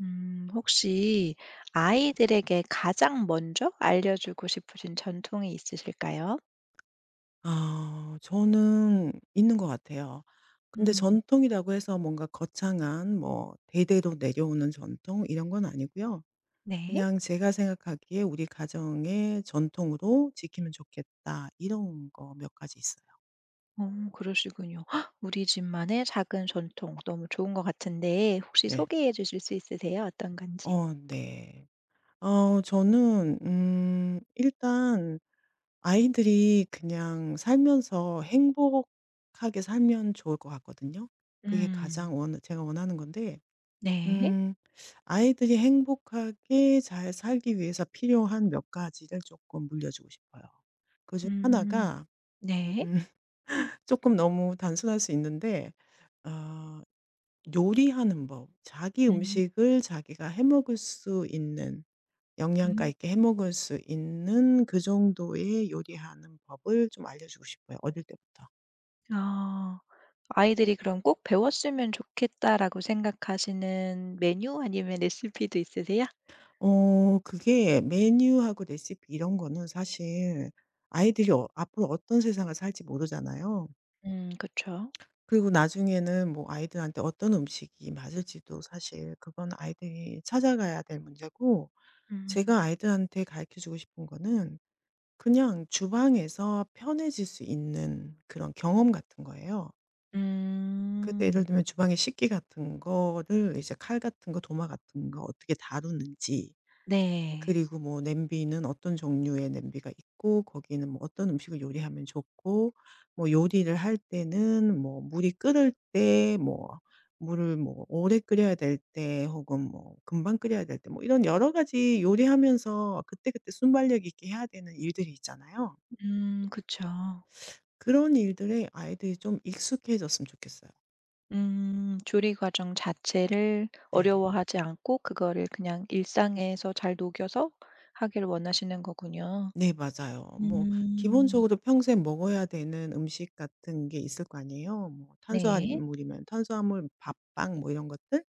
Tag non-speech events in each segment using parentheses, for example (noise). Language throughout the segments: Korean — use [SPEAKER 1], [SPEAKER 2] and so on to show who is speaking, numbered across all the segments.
[SPEAKER 1] 혹시 아이들에게 가장 먼저 알려주고 싶으신 전통이 있으실까요?
[SPEAKER 2] 아 저는 있는 것 같아요. 근데
[SPEAKER 1] 음,
[SPEAKER 2] 전통이라고 해서 뭔가 거창한 뭐 대대로 내려오는 전통, 이런 건 아니고요.
[SPEAKER 1] 네.
[SPEAKER 2] 그냥 제가 생각하기에 '우리 가정의 전통으로 지키면 좋겠다.' 이런 거 몇 가지 있어요.
[SPEAKER 1] 그러시군요. 헉, 우리 집만의 작은 전통 너무 좋은 것 같은데 혹시
[SPEAKER 2] 네.
[SPEAKER 1] 소개해 주실 수 있으세요? 어떤 건지?
[SPEAKER 2] 네. 저는 일단 아이들이 그냥 살면서 행복하게 살면 좋을 것 같거든요. 그게
[SPEAKER 1] 음,
[SPEAKER 2] 가장 원 제가 원하는 건데
[SPEAKER 1] 네.
[SPEAKER 2] 음. 아이들이 행복하게 잘 살기 위해서 필요한 몇 가지를 조금 물려주고 싶어요. 그중
[SPEAKER 1] 음,
[SPEAKER 2] 하나가
[SPEAKER 1] 네.
[SPEAKER 2] 음 (laughs) 금 너무 단순할 수 있는데, 어 요리하는 법. 자기
[SPEAKER 1] 음.
[SPEAKER 2] 음식을 자기가 해 먹을 수 있는, 영양가
[SPEAKER 1] 음,
[SPEAKER 2] 있게 해 먹을 수 있는 그 정도의 요리하는 법을 좀 알려주고 싶어요, 어릴 때부터.
[SPEAKER 1] 아, 아이들이 그럼 꼭 배웠으면 좋겠다라고 생각하시는 메뉴 아니면 레시피도 있으세요?
[SPEAKER 2] 그게 메뉴하고 레시피 이런 거는, 사실 아이들이 앞으로 어떤 세상을 살지 모르잖아요.
[SPEAKER 1] 그쵸.
[SPEAKER 2] 그리고 나중에는 뭐 아이들한테 어떤 음식이 맞을지도, 사실 그건 아이들이 찾아가야 될 문제고,
[SPEAKER 1] 음.
[SPEAKER 2] 제가 아이들한테 가르쳐 주고 싶은 거는 그냥 주방에서 편해질 수 있는 그런 경험 같은 거예요. 그래서 예를
[SPEAKER 1] 음.
[SPEAKER 2] 들면 주방의 식기 같은 거를, 이제 칼 같은 거, 도마 같은 거 어떻게 다루는지.
[SPEAKER 1] 네.
[SPEAKER 2] 그리고 뭐 냄비는 어떤 종류의 냄비가 있고, 거기는 뭐 어떤 음식을 요리하면 좋고, 뭐 요리를 할 때는 뭐 물이 끓을 때, 뭐 물을 뭐 오래 끓여야 될 때, 혹은 뭐 금방 끓여야 될 때, 뭐 이런 여러 가지 요리하면서 그때그때 순발력 있게 해야 되는 일들이 있잖아요.
[SPEAKER 1] 그쵸.
[SPEAKER 2] 그런 일들에 아이들이 좀 익숙해졌으면 좋겠어요.
[SPEAKER 1] 조리 과정 자체를
[SPEAKER 2] 네.
[SPEAKER 1] 어려워하지 않고 그거를 그냥 일상에서 잘 녹여서 하기를 원하시는 거군요.
[SPEAKER 2] 네, 맞아요. 뭐
[SPEAKER 1] 음.
[SPEAKER 2] 기본적으로 평생 먹어야 되는 음식 같은 게 있을 거 아니에요. 뭐
[SPEAKER 1] 네.
[SPEAKER 2] 탄수화물이면 탄수화물, 밥, 빵, 뭐 이런 것들.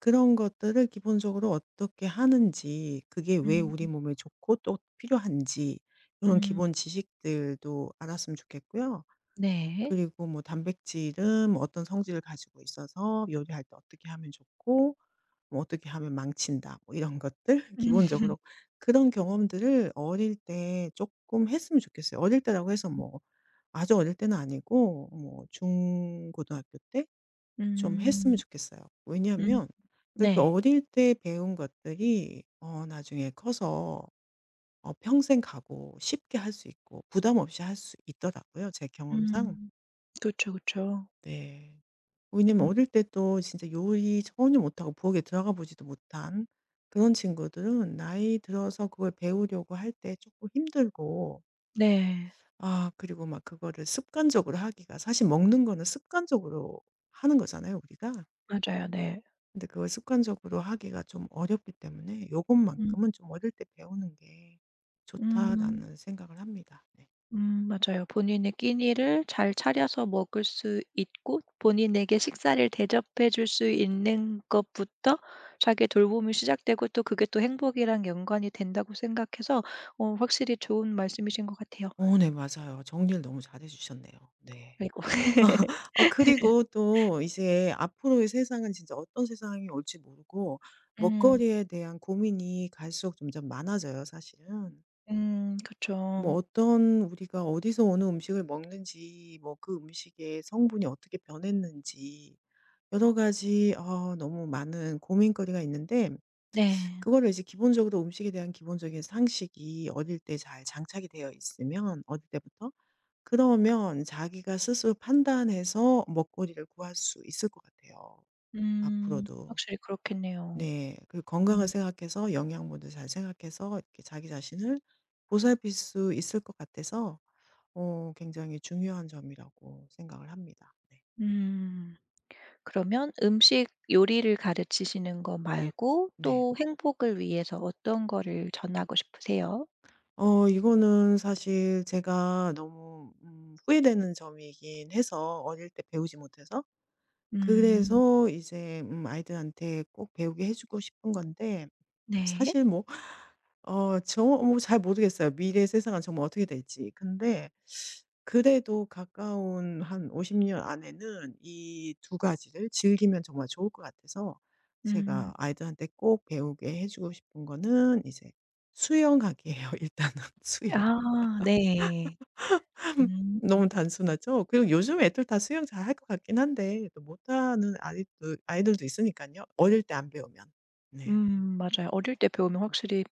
[SPEAKER 2] 그런 것들을 기본적으로 어떻게 하는지, 그게 왜
[SPEAKER 1] 음.
[SPEAKER 2] 우리 몸에 좋고 또 필요한지, 이런
[SPEAKER 1] 음.
[SPEAKER 2] 기본 지식들도 알았으면 좋겠고요.
[SPEAKER 1] 네.
[SPEAKER 2] 그리고 뭐 단백질은 뭐 어떤 성질을 가지고 있어서 요리할 때 어떻게 하면 좋고, 뭐 어떻게 하면 망친다, 뭐 이런 것들.
[SPEAKER 1] (laughs)
[SPEAKER 2] (laughs)
[SPEAKER 1] 음.
[SPEAKER 2] 기본적으로 그런 경험들을 어릴 때 조금 했으면 좋겠어요. 어릴 때라고 해서 뭐 아주 어릴 때는 아니고, 뭐 중고등학교 때 좀 했으면
[SPEAKER 1] 음.
[SPEAKER 2] 좋겠어요.
[SPEAKER 1] 음.
[SPEAKER 2] 왜냐하면 그렇게
[SPEAKER 1] 네.
[SPEAKER 2] 어릴 때 배운 것들이 나중에 커서 평생 가고, 쉽게 할 수 있고 부담 없이 할 수 있더라고요, 제 경험상.
[SPEAKER 1] 음. 그쵸, 그쵸.
[SPEAKER 2] 네. 왜냐면
[SPEAKER 1] 음.
[SPEAKER 2] 어릴 때 또 진짜 요리 전혀 못하고 부엌에 들어가 보지도 못한 그런 친구들은 나이 들어서 그걸 배우려고 할 때 조금 힘들고.
[SPEAKER 1] 네.
[SPEAKER 2] 아, 그리고 막 그거를 습관적으로 하기가, 사실 먹는 거는 습관적으로 하는 거잖아요, 우리가.
[SPEAKER 1] 맞아요. 네.
[SPEAKER 2] 근데 그걸 습관적으로 하기가 좀 어렵기 때문에
[SPEAKER 1] 음.
[SPEAKER 2] 요것만큼은 좀 '어릴 때 배우는 게
[SPEAKER 1] 음.
[SPEAKER 2] 좋다.'라는 생각을 합니다. 네.
[SPEAKER 1] 맞아요. 본인의 끼니를 잘 차려서 먹을 수 있고 본인에게 식사를 대접해 줄 수 있는 것부터 자기의 돌봄이 시작되고 또 그게 또 행복이랑 연관이 된다고 생각해서 확실히 좋은 말씀이신 것 같아요.
[SPEAKER 2] 네, 맞아요. 정리를 너무 잘해 주셨네요. 네.
[SPEAKER 1] 아이고. (laughs)
[SPEAKER 2] (laughs) 그리고 또 이제 앞으로의 세상은 진짜 어떤 세상이 올지 모르고,
[SPEAKER 1] 음.
[SPEAKER 2] 먹거리에 대한 고민이 갈수록 점점 많아져요, 사실은. 뭐
[SPEAKER 1] 그쵸.
[SPEAKER 2] 어떤, 우리가 어디서 어느 음식을 먹는지, 뭐 그 음식의 성분이 어떻게 변했는지, 여러 가지 너무 많은 고민거리가 있는데,
[SPEAKER 1] 네.
[SPEAKER 2] 그거를 이제 기본적으로 음식에 대한 기본적인 상식이 어릴 때 잘 장착이 되어 있으면, 어릴 때부터, 그러면 자기가 스스로 판단해서 먹거리를 구할 수 있을 것 같아요, 앞으로도.
[SPEAKER 1] 확실히 그렇겠네요.
[SPEAKER 2] 네. 그 건강을
[SPEAKER 1] 음.
[SPEAKER 2] 생각해서, 영양분도 잘 생각해서 이렇게 자기 자신을 보살필 수 있을 것 같아서 굉장히 중요한 점이라고 생각을 합니다. 네.
[SPEAKER 1] 음. 그러면 음식 요리를 가르치시는 거 말고
[SPEAKER 2] 네.
[SPEAKER 1] 또 행복을 위해서 어떤 거를 전하고 싶으세요?
[SPEAKER 2] 이거는 사실 제가 너무 후회되는 점이긴 해서, 어릴 때 배우지 못해서.
[SPEAKER 1] 음.
[SPEAKER 2] 그래서 이제 아이들한테 꼭 배우게 해 주고 싶은 건데,
[SPEAKER 1] 네.
[SPEAKER 2] 사실 뭐 저 뭐 잘 모르겠어요. 미래의 세상은 정말 어떻게 될지. 근데 그래도 가까운 한 50년 안에는 이 두 가지를 즐기면 정말 좋을 것 같아서,
[SPEAKER 1] 음.
[SPEAKER 2] 제가 아이들한테 꼭 배우게 해 주고 싶은 거는, 이제 수영하기예요. (laughs) 일단은 수영.
[SPEAKER 1] 아 네. 음.
[SPEAKER 2] 너무 단순하죠? 그리고 요즘 애들 다 수영 잘 할 것 같긴 한데, 또 못하는 아이들도 있으니까요, 어릴 때 안 배우면. 네.
[SPEAKER 1] 맞아요. 어릴 때 배우면 확실히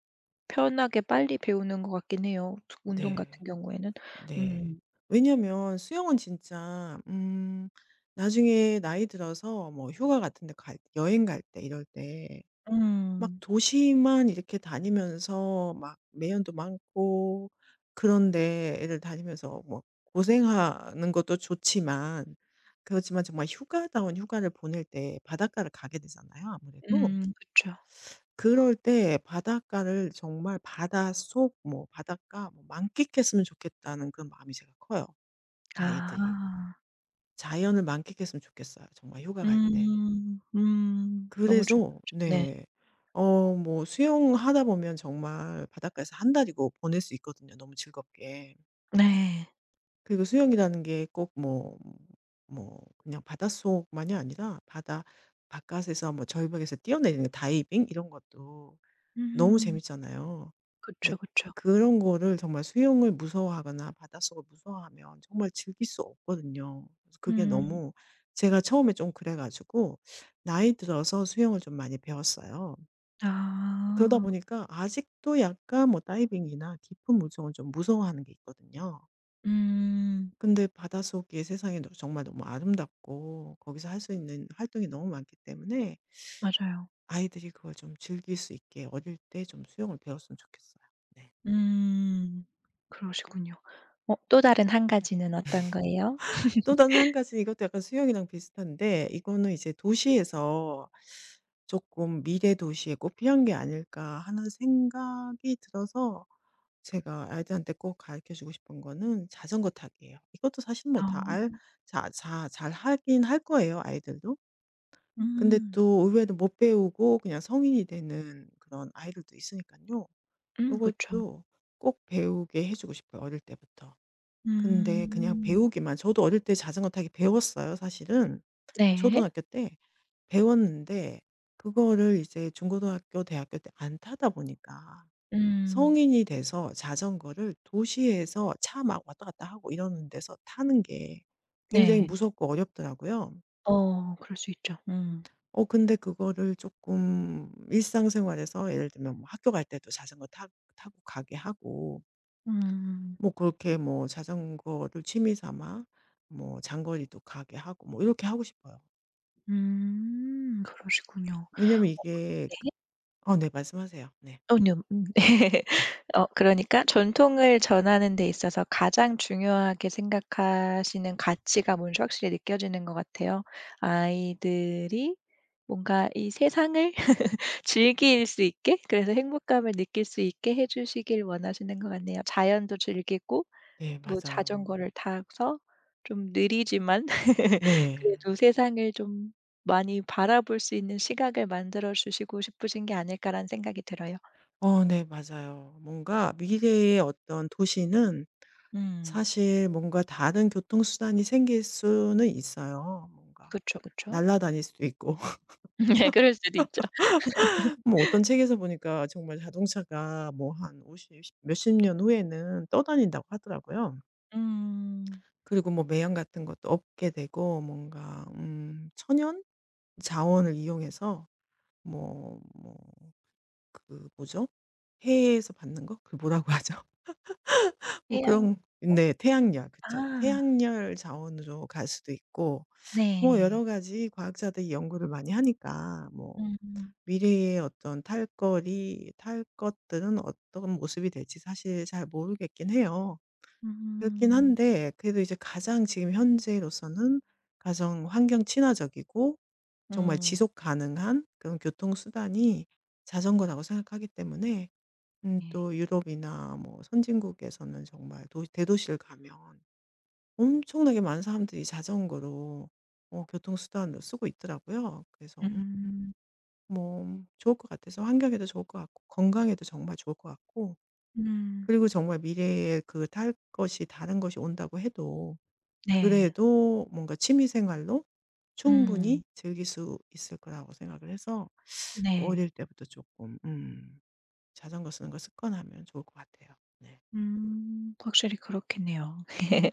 [SPEAKER 1] 편하게 빨리 배우는 것 같긴 해요, 특 운동
[SPEAKER 2] 네.
[SPEAKER 1] 같은 경우에는.
[SPEAKER 2] 네.
[SPEAKER 1] 음.
[SPEAKER 2] 왜냐면 수영은 진짜 나중에 나이 들어서 뭐 휴가 같은 데 갈, 여행 갈 때, 이럴 때 막
[SPEAKER 1] 음.
[SPEAKER 2] 도시만 이렇게 다니면서 막 매연도 많고 그런 데를 다니면서 뭐 고생하는 것도 좋지만, 그렇지만 정말 휴가다운 휴가를 보낼 때 바닷가를 가게 되잖아요, 아무래도.
[SPEAKER 1] 그쵸.
[SPEAKER 2] 그럴 때 바닷가를 정말 '바닷속 뭐, 바닷가 뭐 만끽했으면 좋겠다.'는 그런 마음이 제가 커요, 아이들이.
[SPEAKER 1] 아.
[SPEAKER 2] 자연을 만끽했으면 좋겠어요, 정말 휴가 갈 때.
[SPEAKER 1] 음. 음. 너무
[SPEAKER 2] 그래서
[SPEAKER 1] 중요하죠. 네.
[SPEAKER 2] 네. 뭐 수영하다 보면 정말 바닷가에서 한 달이고 보낼 수 있거든요, 너무 즐겁게.
[SPEAKER 1] 네.
[SPEAKER 2] 그리고 수영이라는 게 꼭 뭐 그냥 바닷속만이 아니라 바다 바깥에서, 뭐 절벽에서 뛰어내리는 다이빙 이런 것도 너무
[SPEAKER 1] 음.
[SPEAKER 2] 재밌잖아요. 근데
[SPEAKER 1] 그쵸, 그쵸.
[SPEAKER 2] 그런 거를 정말 수영을 무서워하거나 바닷속을 무서워하면 정말 즐길 수 없거든요. 그래서 그게
[SPEAKER 1] 음.
[SPEAKER 2] 너무, 제가 처음에 좀 그래 가지고 나이 들어서 수영을 좀 많이 배웠어요. 그러다
[SPEAKER 1] 아.
[SPEAKER 2] 보니까 아직도 약간 뭐 다이빙이나 깊은 물속은 좀 무서워하는 게 있거든요.
[SPEAKER 1] 음.
[SPEAKER 2] 근데 바닷속이, 세상이 너 정말 너무 아름답고 거기서 할 수 있는 활동이 너무 많기 때문에
[SPEAKER 1] 맞아요.
[SPEAKER 2] 아이들이 그걸 좀 즐길 수 있게 어릴 때 좀 수영을 배웠으면 좋겠어요. 네.
[SPEAKER 1] 음. 그러시군요. 어또 다른 한 가지는 어떤 거예요?
[SPEAKER 2] 또 다른 한 가지는, 이것도 약간 수영이랑 비슷한데, 이거는 이제 '도시에서 조금 미래 도시에 꽃 피한 게 아닐까.' 하는 생각이 들어서, 제가 아이들한테 꼭 가르쳐 주고 싶은 거는 자전거 타기예요. 이것도 사실 뭐 다 알
[SPEAKER 1] 어.
[SPEAKER 2] 자 자 잘하긴 할 거예요, 아이들도. 근데
[SPEAKER 1] 음.
[SPEAKER 2] 또 의외로 못 배우고 그냥 성인이 되는 그런 아이들도 있으니까요, 이것
[SPEAKER 1] 그쵸.
[SPEAKER 2] 도 꼭 배우게 해 주고 싶어요, 어릴 때부터. 근데 그냥
[SPEAKER 1] 음.
[SPEAKER 2] 배우기만, 저도 어릴 때 자전거 타기 배웠어요, 사실은.
[SPEAKER 1] 네.
[SPEAKER 2] 초등학교 때 배웠는데, 그거를 이제 중고등학교, 대학교 때 안 타다 보니까
[SPEAKER 1] 음.
[SPEAKER 2] 성인이 돼서 자전거를 도시에서, 차 막 왔다 갔다 하고 이러는 데서 타는 게 굉장히
[SPEAKER 1] 네.
[SPEAKER 2] 무섭고 어렵더라고요.
[SPEAKER 1] 그럴 수 있죠. 음.
[SPEAKER 2] 근데 그거를 조금 일상생활에서, 예를 들면 뭐 학교 갈 때도 자전거 타 타고 가게 하고,
[SPEAKER 1] 음.
[SPEAKER 2] 뭐 그렇게, 뭐 자전거를 취미 삼아 뭐 장거리도 가게 하고, 뭐 이렇게 하고 싶어요.
[SPEAKER 1] 음. 그러시군요.
[SPEAKER 2] 왜냐면 이게,
[SPEAKER 1] 네.
[SPEAKER 2] 어, 네, 말씀하세요. 네.
[SPEAKER 1] 아니요. 음. (laughs) 네. 그러니까 전통을 전하는 데 있어서 가장 중요하게 생각하시는 가치가 뭔지 확실히 느껴지는 것 같아요. 아이들이 뭔가 이 세상을 즐길 수 있게 그래서 행복감을 느낄 수 있게 해 주시길 원하시는 것 같네요. 자연도 즐기고
[SPEAKER 2] 네,
[SPEAKER 1] 뭐
[SPEAKER 2] 맞아요.
[SPEAKER 1] 자전거를 타서 좀 느리지만 (laughs)
[SPEAKER 2] 네.
[SPEAKER 1] 그래도 세상을 좀 많이 바라볼 수 있는 시각을 만들어 주시고 싶으신 게 아닐까라는 생각이 들어요.
[SPEAKER 2] 어, 네, 맞아요. 뭔가 미래의 어떤 도시는,
[SPEAKER 1] 음.
[SPEAKER 2] 사실 뭔가 다른 교통수단이 생길 수는 있어요. 뭔가
[SPEAKER 1] 그쵸, 그쵸.
[SPEAKER 2] 날아다닐 수도 있고. (laughs)
[SPEAKER 1] (laughs) 예 그럴 수도 있죠.
[SPEAKER 2] 뭐 어떤 책에서 보니까 정말 자동차가 뭐 한 50 몇십 년 후에는 떠다닌다고 하더라고요.
[SPEAKER 1] 음.
[SPEAKER 2] 그리고 뭐 매연 같은 것도 없게 되고, 뭔가 천연 자원을 이용해서, 뭐 그 뭐죠? 해에서 받는 거? 그 뭐라고 하죠? (laughs) 뭐
[SPEAKER 1] 해양성?
[SPEAKER 2] 그런, 네, 태양열. 그쵸.
[SPEAKER 1] 아
[SPEAKER 2] 태양열 자원으로 갈 수도 있고, 뭐
[SPEAKER 1] 네.
[SPEAKER 2] 여러 가지 과학자들이 연구를 많이 하니까, 뭐
[SPEAKER 1] 음.
[SPEAKER 2] 미래의 어떤 탈거리 탈 것들은 어떤 모습이 될지 사실 잘 모르겠긴 해요. 그렇긴
[SPEAKER 1] 음.
[SPEAKER 2] 한데 그래도, 이제 가장 지금 현재로서는 가장 환경 친화적이고 정말
[SPEAKER 1] 음.
[SPEAKER 2] 지속 가능한 그런 교통수단이 자전거라고 생각하기 때문에.
[SPEAKER 1] 네.
[SPEAKER 2] 또 유럽이나 뭐 선진국에서는 정말 도 대도시를 가면 엄청나게 많은 사람들이 자전거로 교통수단으로 쓰고 있더라고요. 그래서
[SPEAKER 1] 음.
[SPEAKER 2] 뭐 좋을 것 같아서, 환경에도 좋을 것 같고, 건강에도 정말 좋을 것 같고,
[SPEAKER 1] 음.
[SPEAKER 2] 그리고 정말 미래에 그 탈 것이 다른 것이 온다고 해도
[SPEAKER 1] 네.
[SPEAKER 2] 그래도 뭔가 취미 생활로
[SPEAKER 1] 음.
[SPEAKER 2] 충분히 즐길 수 있을 거라고 생각을 해서,
[SPEAKER 1] 네.
[SPEAKER 2] 어릴 때부터 조금 자전거 쓰는 걸 습관하면 좋을 것 같아요. 네.
[SPEAKER 1] 확실히 그렇겠네요. (laughs)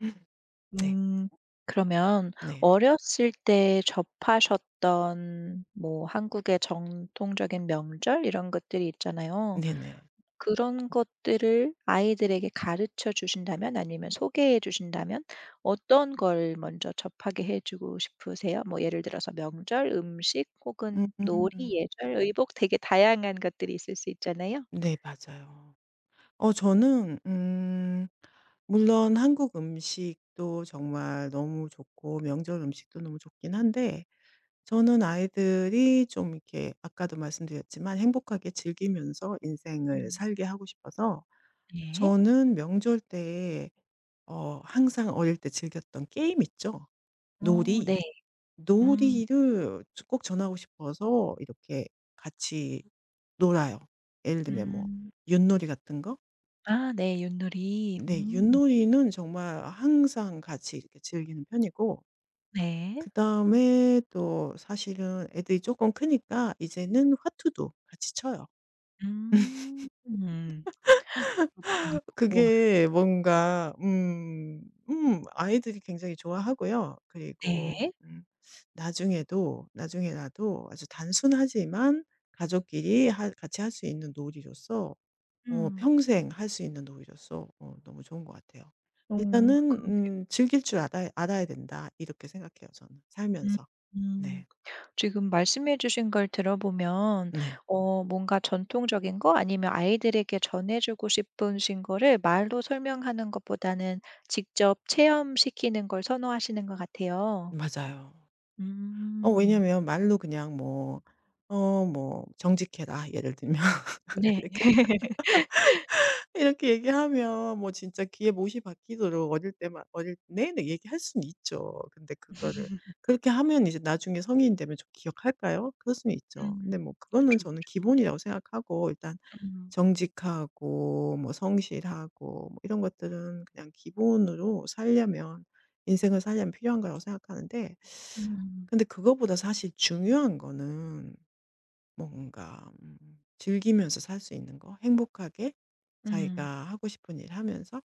[SPEAKER 2] (laughs) 네.
[SPEAKER 1] 음 그러면
[SPEAKER 2] 네.
[SPEAKER 1] 어렸을 때 접하셨던 뭐 한국의 전통적인 명절 이런 것들이 있잖아요.
[SPEAKER 2] 네네.
[SPEAKER 1] 그런 것들을 아이들에게 가르쳐 주신다면 아니면 소개해 주신다면 어떤 걸 먼저 접하게 해 주고 싶으세요? 뭐 예를 들어서 명절, 음식
[SPEAKER 2] 음.
[SPEAKER 1] 혹은 놀이,
[SPEAKER 2] 음.
[SPEAKER 1] 예절, 의복 되게 다양한 것들이 있을 수 있잖아요.
[SPEAKER 2] 네, 맞아요. 저는 물론 한국 음식도 정말 너무 좋고 명절 음식도 너무 좋긴 한데, 저는 아이들이 좀 이렇게 아까도 말씀드렸지만 행복하게 즐기면서 인생을
[SPEAKER 1] 음
[SPEAKER 2] 살게 하고 싶어서,
[SPEAKER 1] 네.
[SPEAKER 2] 저는 명절 때 항상 어릴 때 즐겼던 게임 있죠?
[SPEAKER 1] 오, 네.
[SPEAKER 2] 놀이.
[SPEAKER 1] 음.
[SPEAKER 2] 놀이를 꼭 전하고 싶어서 이렇게 같이 놀아요. 예를 들면 뭐
[SPEAKER 1] 음.
[SPEAKER 2] 윷놀이 같은 거.
[SPEAKER 1] 아 네. 윷놀이.
[SPEAKER 2] 네,
[SPEAKER 1] 음.
[SPEAKER 2] 윷놀이는 정말 항상 같이 이렇게 즐기는 편이고,
[SPEAKER 1] 네.
[SPEAKER 2] 그다음에 또 사실은 애들이 조금 크니까 이제는 화투도 같이 쳐요.
[SPEAKER 1] 음. 음. 그렇군요. 우와.
[SPEAKER 2] 그게 뭔가 아이들이 굉장히 좋아하고요. 그리고
[SPEAKER 1] 네.
[SPEAKER 2] 나중에도, 나중에라도, 아주 단순하지만 가족끼리 하 같이 할 수 있는 놀이로서,
[SPEAKER 1] 음.
[SPEAKER 2] 평생 할 수 있는 놀이로서 너무 좋은 것 같아요.
[SPEAKER 1] 어
[SPEAKER 2] 일단은
[SPEAKER 1] 그러게.
[SPEAKER 2] '즐길 줄 알아야 된다.' 이렇게 생각해요, 저는
[SPEAKER 1] 음.
[SPEAKER 2] 살면서.
[SPEAKER 1] 음.
[SPEAKER 2] 네.
[SPEAKER 1] 지금 말씀해 주신 걸 들어보면
[SPEAKER 2] 네,
[SPEAKER 1] 뭔가 전통적인 거 아니면 아이들에게 전해 주고 싶으신 거를 말로 설명하는 것보다는 직접 체험시키는 걸 선호하시는 것 같아요.
[SPEAKER 2] 맞아요.
[SPEAKER 1] 음.
[SPEAKER 2] 왜냐면 말로 그냥 뭐, 뭐 "정직해라.", 예를 들면, (laughs)
[SPEAKER 1] 네.
[SPEAKER 2] 이렇게 이렇게 얘기하면 뭐 진짜 귀에 못이 박히도록 어릴 내내 얘기할 수는 있죠. 근데 그거를
[SPEAKER 1] (laughs)
[SPEAKER 2] 그렇게 하면 이제 나중에 성인이 되면 좀 기억할까요? 그럴 수는 있죠. 근데
[SPEAKER 1] 음.
[SPEAKER 2] 뭐 그거는
[SPEAKER 1] 그쵸,
[SPEAKER 2] 저는
[SPEAKER 1] 그쵸.
[SPEAKER 2] 기본이라고 생각하고, 일단
[SPEAKER 1] 음.
[SPEAKER 2] 정직하고, 뭐 성실하고, 뭐 이런 것들은 그냥 기본으로 살려면, 인생을 살려면 필요한 거라고 생각하는데,
[SPEAKER 1] 음.
[SPEAKER 2] 근데 그거보다 사실 중요한 거는, 뭔가 즐기면서 살 수 있는 거, 행복하게, 자기가
[SPEAKER 1] 음.
[SPEAKER 2] 하고 싶은 일 하면서,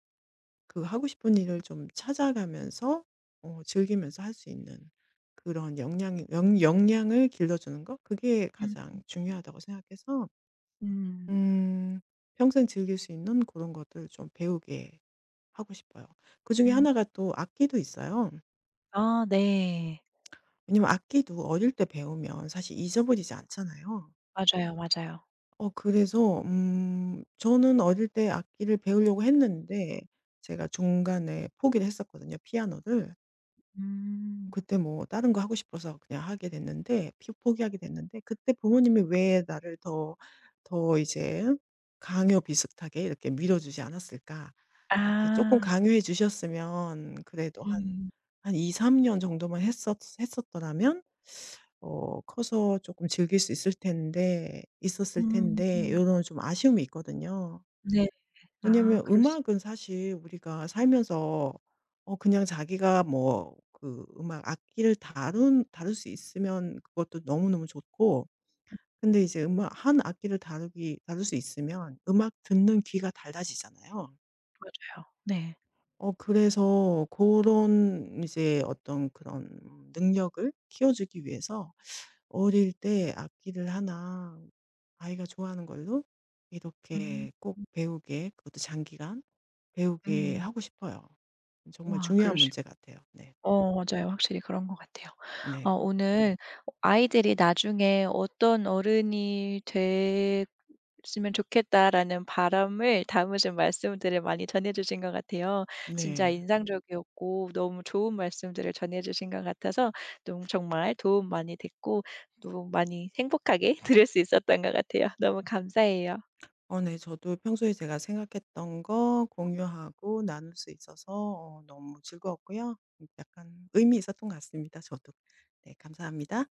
[SPEAKER 2] 그 하고 싶은 일을 좀 찾아가면서 즐기면서 할 수 있는 그런 역량을 길러주는 거, 그게
[SPEAKER 1] 음.
[SPEAKER 2] 가장 중요하다고 생각해서
[SPEAKER 1] 음.
[SPEAKER 2] 음 평생 즐길 수 있는 그런 것들을 좀 배우게 하고 싶어요. 그중에
[SPEAKER 1] 음.
[SPEAKER 2] 하나가 또 악기도 있어요.
[SPEAKER 1] 아 네.
[SPEAKER 2] 왜냐면 악기도 어릴 때 배우면 사실 잊어버리지 않잖아요.
[SPEAKER 1] 맞아요, 맞아요.
[SPEAKER 2] 그래서 저는 어릴 때 악기를 배우려고 했는데 제가 중간에 포기를 했었거든요, 피아노를.
[SPEAKER 1] 음.
[SPEAKER 2] 그때 뭐 다른 거 하고 싶어서 그냥 하게 됐는데, 피 포기하게 됐는데, 그때 부모님이 왜 나를 더 이제 강요 비슷하게 이렇게 밀어 주지 않았을까. 이렇게 조금
[SPEAKER 1] 아.
[SPEAKER 2] 강요해 주셨으면, 그래도 한
[SPEAKER 1] 네.
[SPEAKER 2] 한 2-3년 정도만 했었더라면 커서 조금 즐길 수 있을 텐데 있었을
[SPEAKER 1] 음.
[SPEAKER 2] 텐데,
[SPEAKER 1] 음.
[SPEAKER 2] 요런 좀 아쉬움이 있거든요.
[SPEAKER 1] 네. 아
[SPEAKER 2] 왜냐면
[SPEAKER 1] 그럴 수
[SPEAKER 2] 음악은 사실 우리가 살면서, 그냥 자기가 뭐 그 음악 악기를 다룬 다룰 수 있으면 그것도 너무너무 좋고, 근데 이제 음악 한 악기를 다루기 다룰 수 있으면 음악 듣는 귀가 달라지잖아요.
[SPEAKER 1] 맞아요. 네.
[SPEAKER 2] 그래서 그런, 이제 어떤 그런 능력을 키워주기 위해서 어릴 때 악기를 하나, 아이가 좋아하는 걸로
[SPEAKER 1] 음.
[SPEAKER 2] 이렇게 꼭 배우게, 그것도 장기간 배우게
[SPEAKER 1] 음.
[SPEAKER 2] 하고 싶어요. 정말
[SPEAKER 1] 우와
[SPEAKER 2] 중요한
[SPEAKER 1] 그러시구
[SPEAKER 2] 문제 같아요. 네.
[SPEAKER 1] 어 맞아요. 확실히 그런 것 같아요.
[SPEAKER 2] 네.
[SPEAKER 1] 오늘 아이들이 나중에 어떤 어른이 되 '으면 좋겠다.'라는 바람을 담으신 말씀들을 많이 전해 주신 것 같아요. 진짜
[SPEAKER 2] 네.
[SPEAKER 1] 인상적이었고 너무 좋은 말씀들을 전해 주신 것 같아서 너무 정말 도움 많이 됐고 또 많이 행복하게 (laughs) 들을 수 있었던 것 같아요. 너무 감사해요.
[SPEAKER 2] 네. 저도 평소에 제가 생각했던 거 공유하고 나눌 수 있어서 너무 즐거웠고요. 약간 의미 있었던 것 같습니다, 저도. 네. 감사합니다.